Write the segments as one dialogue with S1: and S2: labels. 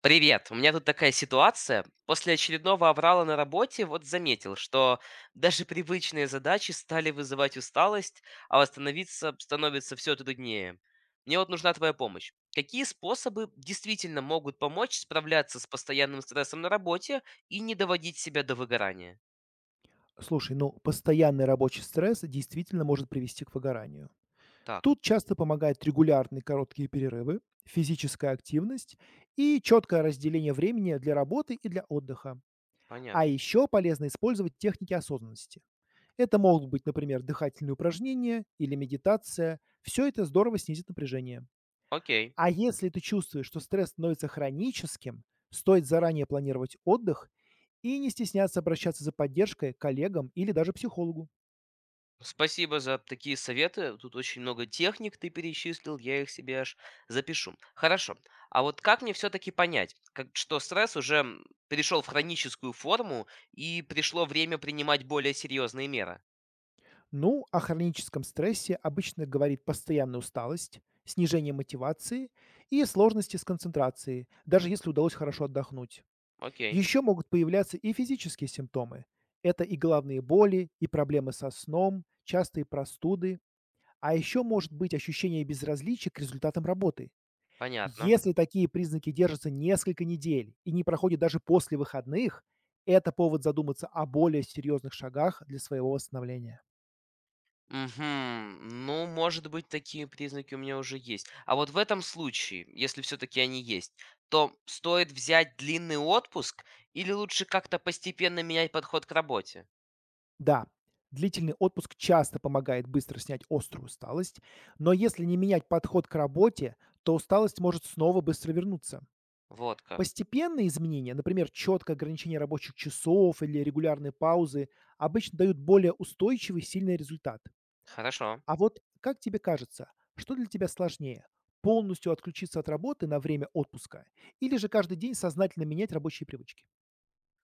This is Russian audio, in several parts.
S1: Привет, у меня тут такая ситуация. После очередного аврала на работе вот заметил, что даже привычные задачи стали вызывать усталость, а восстановиться становится все труднее. Мне вот нужна твоя помощь. Какие способы действительно могут помочь справляться с постоянным стрессом на работе и не доводить себя до выгорания?
S2: Слушай, ну, постоянный рабочий стресс действительно может привести к выгоранию.
S1: Так,
S2: Тут часто помогают регулярные короткие перерывы, физическая активность и четкое разделение времени для работы и для отдыха. А
S1: понятно.
S2: еще полезно использовать техники осознанности. Это могут быть, например, дыхательные упражнения или медитация. Все это здорово снизит напряжение.
S1: Окей.
S2: А если ты чувствуешь, что стресс становится хроническим, стоит заранее планировать отдых и не стесняться обращаться за поддержкой к коллегам или даже психологу.
S1: Спасибо за такие советы. Тут очень много техник ты перечислил, я их себе аж запишу. Хорошо. А вот как мне все-таки понять, как, что стресс уже перешел в хроническую форму и пришло время принимать более серьезные меры?
S2: Ну, о хроническом стрессе обычно говорит постоянная усталость, снижение мотивации и сложности с концентрацией, даже если удалось хорошо отдохнуть.
S1: Окей,
S2: Еще могут появляться и физические симптомы. Это и головные боли, и проблемы со сном, частые простуды, а еще может быть ощущение безразличия к результатам работы.
S1: понятно.
S2: Если такие признаки держатся несколько недель и не проходят даже после выходных, это повод задуматься о более серьезных шагах для своего восстановления.
S1: Угу. Ну, может быть, такие признаки у меня уже есть. А вот в этом случае, если все-таки они есть, то стоит взять длинный отпуск или лучше как-то постепенно менять подход к работе?
S2: Да, длительный отпуск часто помогает быстро снять острую усталость, но если не менять подход к работе, то усталость может снова быстро вернуться.
S1: Вот как.
S2: Постепенные изменения, например, четкое ограничение рабочих часов или регулярные паузы, обычно дают более устойчивый, сильный результат.
S1: Хорошо.
S2: А вот как тебе кажется, что для тебя сложнее? Полностью отключиться от работы на время отпуска или же каждый день сознательно менять рабочие привычки?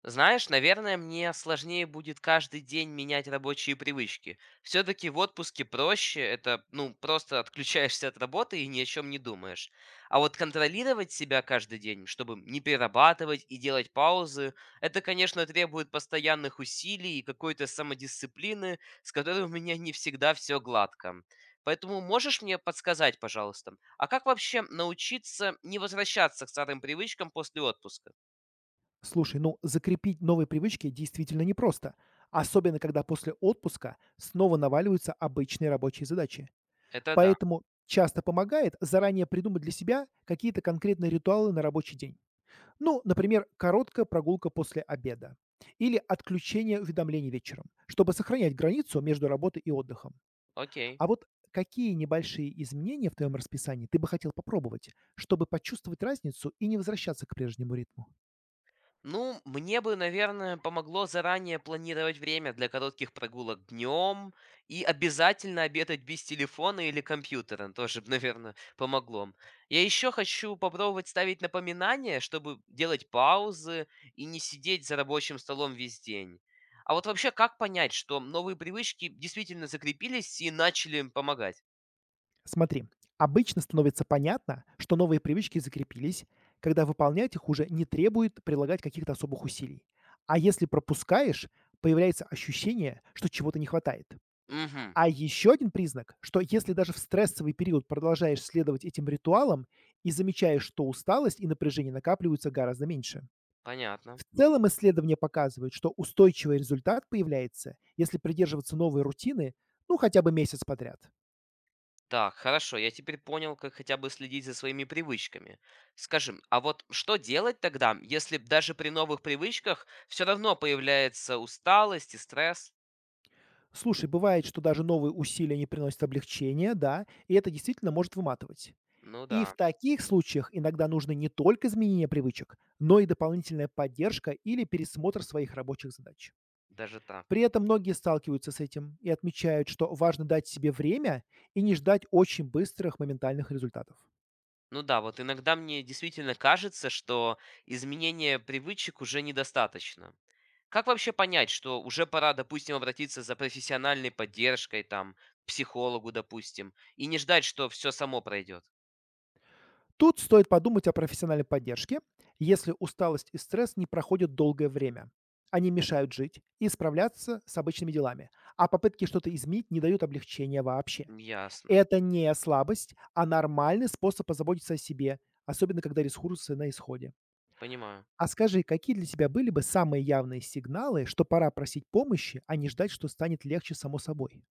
S1: Знаешь, наверное, мне сложнее будет каждый день менять рабочие привычки. Все-таки в отпуске проще, это, ну, просто отключаешься от работы и ни о чем не думаешь. А вот контролировать себя каждый день, чтобы не перерабатывать и делать паузы, это, конечно, требует постоянных усилий и какой-то самодисциплины, с которой у меня не всегда все гладко. Поэтому можешь мне подсказать, пожалуйста, а как вообще научиться не возвращаться к старым привычкам после отпуска?
S2: Слушай, ну закрепить новые привычки действительно непросто, особенно когда после отпуска снова наваливаются обычные рабочие задачи.
S1: Это да,
S2: Поэтому часто помогает заранее придумать для себя какие-то конкретные ритуалы на рабочий день. Ну, например, короткая прогулка после обеда или отключение уведомлений вечером, чтобы сохранять границу между работой и отдыхом.
S1: окей.
S2: А вот какие небольшие изменения в твоем расписании ты бы хотел попробовать, чтобы почувствовать разницу и не возвращаться к прежнему ритму?
S1: Ну, мне бы, наверное, помогло заранее планировать время для коротких прогулок днем и обязательно обедать без телефона или компьютера. Тоже, наверное, помогло. Я еще хочу попробовать ставить напоминания, чтобы делать паузы и не сидеть за рабочим столом весь день. А вот вообще, как понять, что новые привычки действительно закрепились и начали помогать?
S2: Смотри, обычно становится понятно, что новые привычки закрепились, когда выполнять их уже не требует прилагать каких-то особых усилий. А если пропускаешь, появляется ощущение, что чего-то не хватает.
S1: Угу,
S2: А еще один признак, что если даже в стрессовый период продолжаешь следовать этим ритуалам и замечаешь, что усталость и напряжение накапливаются гораздо меньше.
S1: понятно.
S2: В целом исследования показывают, что устойчивый результат появляется, если придерживаться новой рутины, ну хотя бы месяц подряд.
S1: Так, хорошо, я теперь понял, как хотя бы следить за своими привычками. Скажи, а вот что делать тогда, если б даже при новых привычках все равно появляется усталость и стресс?
S2: Слушай, бывает, что даже новые усилия не приносят облегчения, да, и это действительно может выматывать.
S1: Ну
S2: И в
S1: да,
S2: таких случаях иногда нужны не только изменения привычек, но и дополнительная поддержка или пересмотр своих рабочих задач.
S1: даже
S2: При
S1: так.
S2: этом многие сталкиваются с этим и отмечают, что важно дать себе время и не ждать очень быстрых моментальных результатов.
S1: Ну да, вот иногда мне действительно кажется, что изменения привычек уже недостаточно. Как вообще понять, что уже пора, допустим, обратиться за профессиональной поддержкой, там, к психологу, допустим, и не ждать, что все само пройдет?
S2: Тут стоит подумать о профессиональной поддержке, если усталость и стресс не проходят долгое время. Они мешают жить и справляться с обычными делами, а попытки что-то изменить не дают облегчения вообще.
S1: Ясно,
S2: Это не слабость, а нормальный способ позаботиться о себе, особенно когда ресурсы на исходе.
S1: понимаю.
S2: А скажи, какие для тебя были бы самые явные сигналы, что пора просить помощи, а не ждать, что станет легче само собой?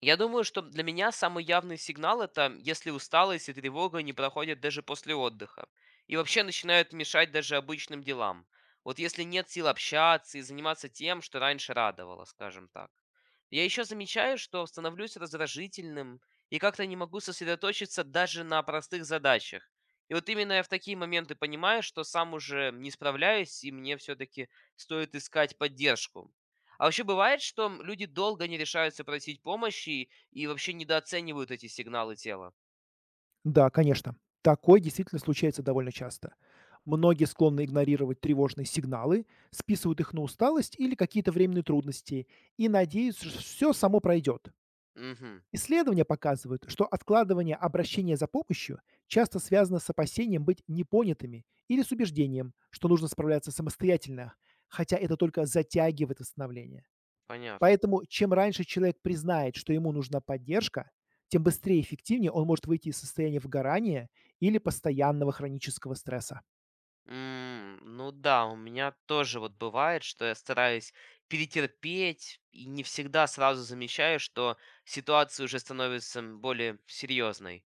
S1: Я думаю, что для меня самый явный сигнал это, если усталость и тревога не проходят даже после отдыха. И вообще начинают мешать даже обычным делам. Вот если нет сил общаться и заниматься тем, что раньше радовало, скажем так. Я еще замечаю, что становлюсь раздражительным и как-то не могу сосредоточиться даже на простых задачах. И вот именно я в такие моменты понимаю, что сам уже не справляюсь, и мне все-таки стоит искать поддержку. А вообще бывает, что люди долго не решаются просить помощи и вообще недооценивают эти сигналы тела?
S2: Да, конечно. Такое действительно случается довольно часто. Многие склонны игнорировать тревожные сигналы, списывают их на усталость или какие-то временные трудности и надеются, что все само пройдет.
S1: Мгм,
S2: Исследования показывают, что откладывание обращения за помощью часто связано с опасением быть непонятыми или с убеждением, что нужно справляться самостоятельно, хотя это только затягивает восстановление.
S1: понятно.
S2: Поэтому чем раньше человек признает, что ему нужна поддержка, тем быстрее и эффективнее он может выйти из состояния выгорания или постоянного хронического стресса.
S1: Ну да, у меня тоже вот бывает, что я стараюсь перетерпеть и не всегда сразу замечаю, что ситуация уже становится более серьезной.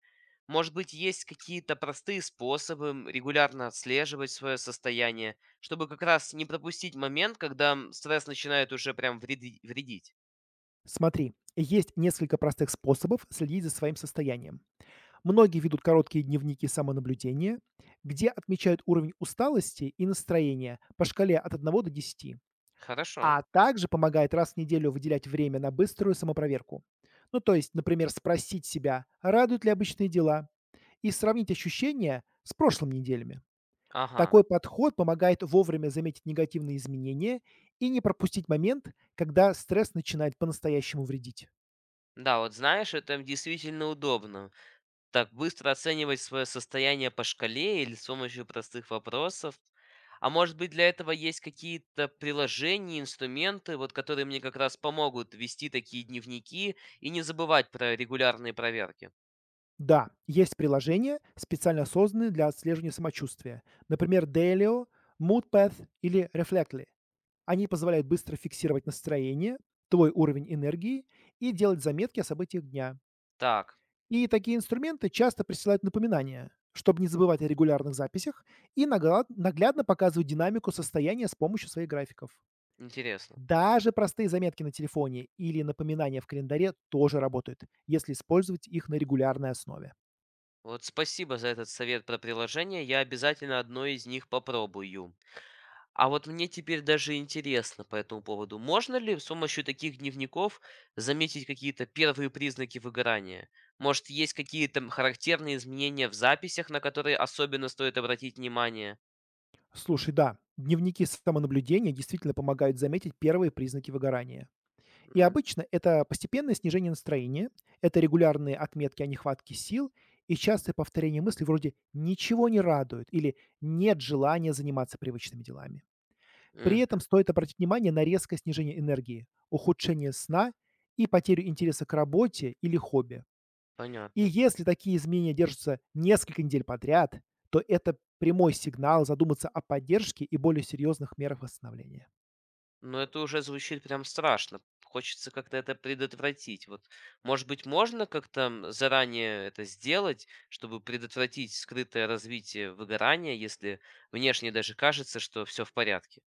S1: Может быть, есть какие-то простые способы регулярно отслеживать свое состояние, чтобы как раз не пропустить момент, когда стресс начинает уже прям вредить.
S2: Смотри, есть несколько простых способов следить за своим состоянием. Многие ведут короткие дневники самонаблюдения, где отмечают уровень усталости и настроения по шкале от одного до 10,
S1: Хорошо.
S2: а также помогает раз в неделю выделять время на быструю самопроверку. Ну, то есть, например, спросить себя, радуют ли обычные дела и сравнить ощущения с прошлыми неделями.
S1: Ага.
S2: Такой подход помогает вовремя заметить негативные изменения и не пропустить момент, когда стресс начинает по-настоящему вредить.
S1: Да, вот знаешь, это действительно удобно. Так быстро оценивать свое состояние по шкале или с помощью простых вопросов. А может быть для этого есть какие-то приложения, инструменты, вот которые мне как раз помогут вести такие дневники и не забывать про регулярные проверки.
S2: Да, есть приложения, специально созданные для отслеживания самочувствия, например, Delio, Moodpath или Reflectly. Они позволяют быстро фиксировать настроение, твой уровень энергии и делать заметки о событиях дня.
S1: Так,
S2: И такие инструменты часто присылают напоминания, чтобы не забывать о регулярных записях и наглядно показывают динамику состояния с помощью своих графиков.
S1: интересно.
S2: Даже простые заметки на телефоне или напоминания в календаре тоже работают, если использовать их на регулярной основе.
S1: Вот спасибо за этот совет про приложение, я обязательно одно из них попробую. А вот мне теперь даже интересно по этому поводу. Можно ли с помощью таких дневников заметить какие-то первые признаки выгорания? Может, есть какие-то характерные изменения в записях, на которые особенно стоит обратить внимание?
S2: Слушай, да, дневники самонаблюдения действительно помогают заметить первые признаки выгорания. И
S1: М,
S2: обычно это постепенное снижение настроения, это регулярные отметки о нехватке сил и частое повторение мыслей вроде «ничего не радует» или «нет желания заниматься привычными делами». При
S1: Мгм,
S2: этом стоит обратить внимание на резкое снижение энергии, ухудшение сна и потерю интереса к работе или хобби. И
S1: понятно.
S2: если такие изменения держатся несколько недель подряд, то это прямой сигнал задуматься о поддержке и более серьезных мерах восстановления.
S1: Но это уже звучит прям страшно. Хочется как-то это предотвратить. Вот, может быть, можно как-то заранее это сделать, чтобы предотвратить скрытое развитие выгорания, если внешне даже кажется, что все в порядке?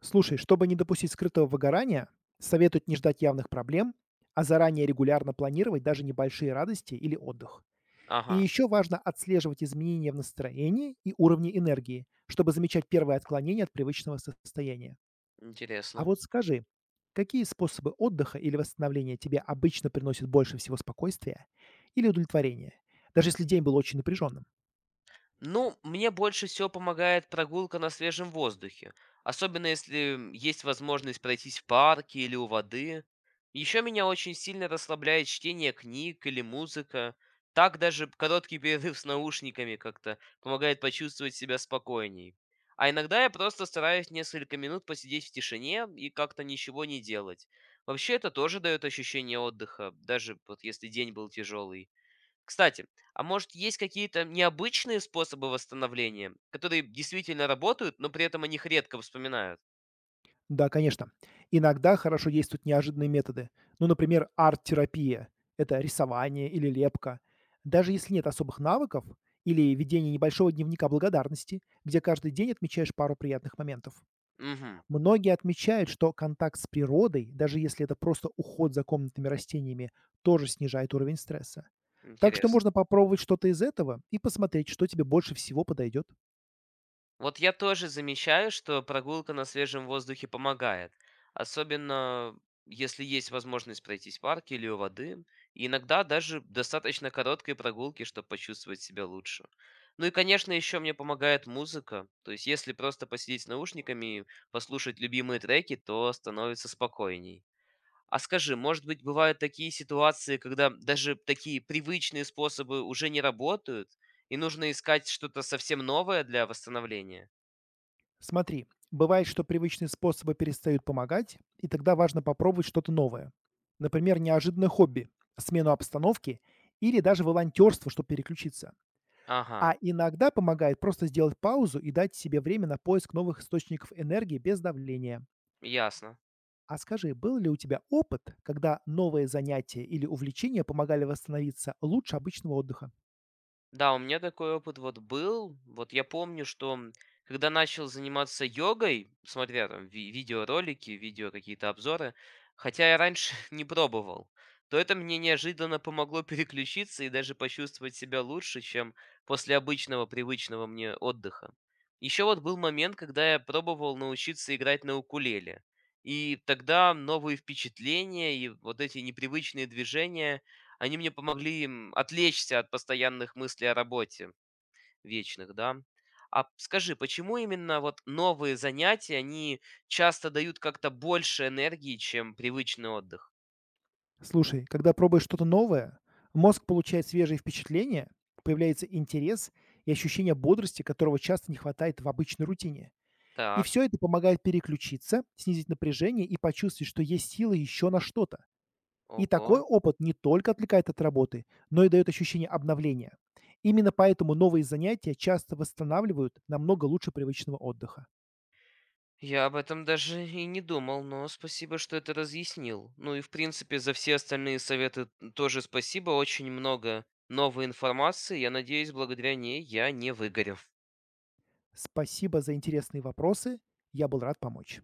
S2: Слушай, чтобы не допустить скрытого выгорания, советуют не ждать явных проблем, а заранее регулярно планировать даже небольшие радости или отдых. И
S1: Ага.
S2: еще важно отслеживать изменения в настроении и уровне энергии, чтобы замечать первые отклонения от привычного состояния. А
S1: Интересно.
S2: вот скажи, какие способы отдыха или восстановления тебе обычно приносят больше всего спокойствия или удовлетворения, даже если день был очень напряженным?
S1: Ну, мне больше всего помогает прогулка на свежем воздухе, особенно если есть возможность пройтись в парке или у воды. Еще меня очень сильно расслабляет чтение книг или музыка. Так даже короткий перерыв с наушниками как-то помогает почувствовать себя спокойней. А иногда я просто стараюсь несколько минут посидеть в тишине и как-то ничего не делать. Вообще это тоже дает ощущение отдыха, даже вот если день был тяжелый. Кстати, а может есть какие-то необычные способы восстановления, которые действительно работают, но при этом о них редко вспоминают?
S2: Да, конечно. Иногда хорошо действуют неожиданные методы. Ну, например, арт-терапия– это рисование или лепка. Даже если нет особых навыков или ведение небольшого дневника благодарности, где каждый день отмечаешь пару приятных моментов.
S1: Угу,
S2: Многие отмечают, что контакт с природой, даже если это просто уход за комнатными растениями, тоже снижает уровень стресса. Так что
S1: интересно.
S2: можно попробовать что-то из этого и посмотреть, что тебе больше всего подойдет.
S1: Вот я тоже замечаю, что прогулка на свежем воздухе помогает. Особенно если есть возможность пройтись в парке или у воды. И иногда даже достаточно короткой прогулки, чтобы почувствовать себя лучше. Ну и, конечно, еще мне помогает музыка. То есть, если просто посидеть с наушниками и послушать любимые треки, то становится спокойней. А скажи, может быть, бывают такие ситуации, когда даже такие привычные способы уже не работают, и нужно искать что-то совсем новое для восстановления?
S2: Смотри, бывает, что привычные способы перестают помогать, и тогда важно попробовать что-то новое. Например, неожиданное хобби, смену обстановки или даже волонтерство, чтобы переключиться. А
S1: Ага,
S2: иногда помогает просто сделать паузу и дать себе время на поиск новых источников энергии без давления.
S1: ясно.
S2: А скажи, был ли у тебя опыт, когда новые занятия или увлечения помогали восстановиться лучше обычного отдыха?
S1: Да, у меня такой опыт вот был. Вот я помню, что когда начал заниматься йогой, смотря там видеоролики, видео какие-то обзоры, хотя я раньше не пробовал, то это мне неожиданно помогло переключиться и даже почувствовать себя лучше, чем после обычного привычного мне отдыха. Еще вот был момент, когда я пробовал научиться играть на укулеле. И тогда новые впечатления и вот эти непривычные движения они мне помогли, отвлечься от постоянных мыслей о работе вечных, да. А скажи, почему именно вот новые занятия, они часто дают как-то больше энергии, чем привычный отдых?
S2: Слушай, когда пробуешь что-то новое, мозг получает свежие впечатления, появляется интерес и ощущение бодрости, которого часто не хватает в обычной рутине. И
S1: Так,
S2: все это помогает переключиться, снизить напряжение и почувствовать, что есть силы еще на что-то. И
S1: ого.
S2: такой опыт не только отвлекает от работы, но и дает ощущение обновления. Именно поэтому новые занятия часто восстанавливают намного лучше привычного отдыха.
S1: Я об этом даже и не думал, но спасибо, что это разъяснил. Ну и в принципе за все остальные советы тоже спасибо, очень много новой информации. Я надеюсь, благодаря ней я не выгорю.
S2: Спасибо за интересные вопросы. Я был рад помочь.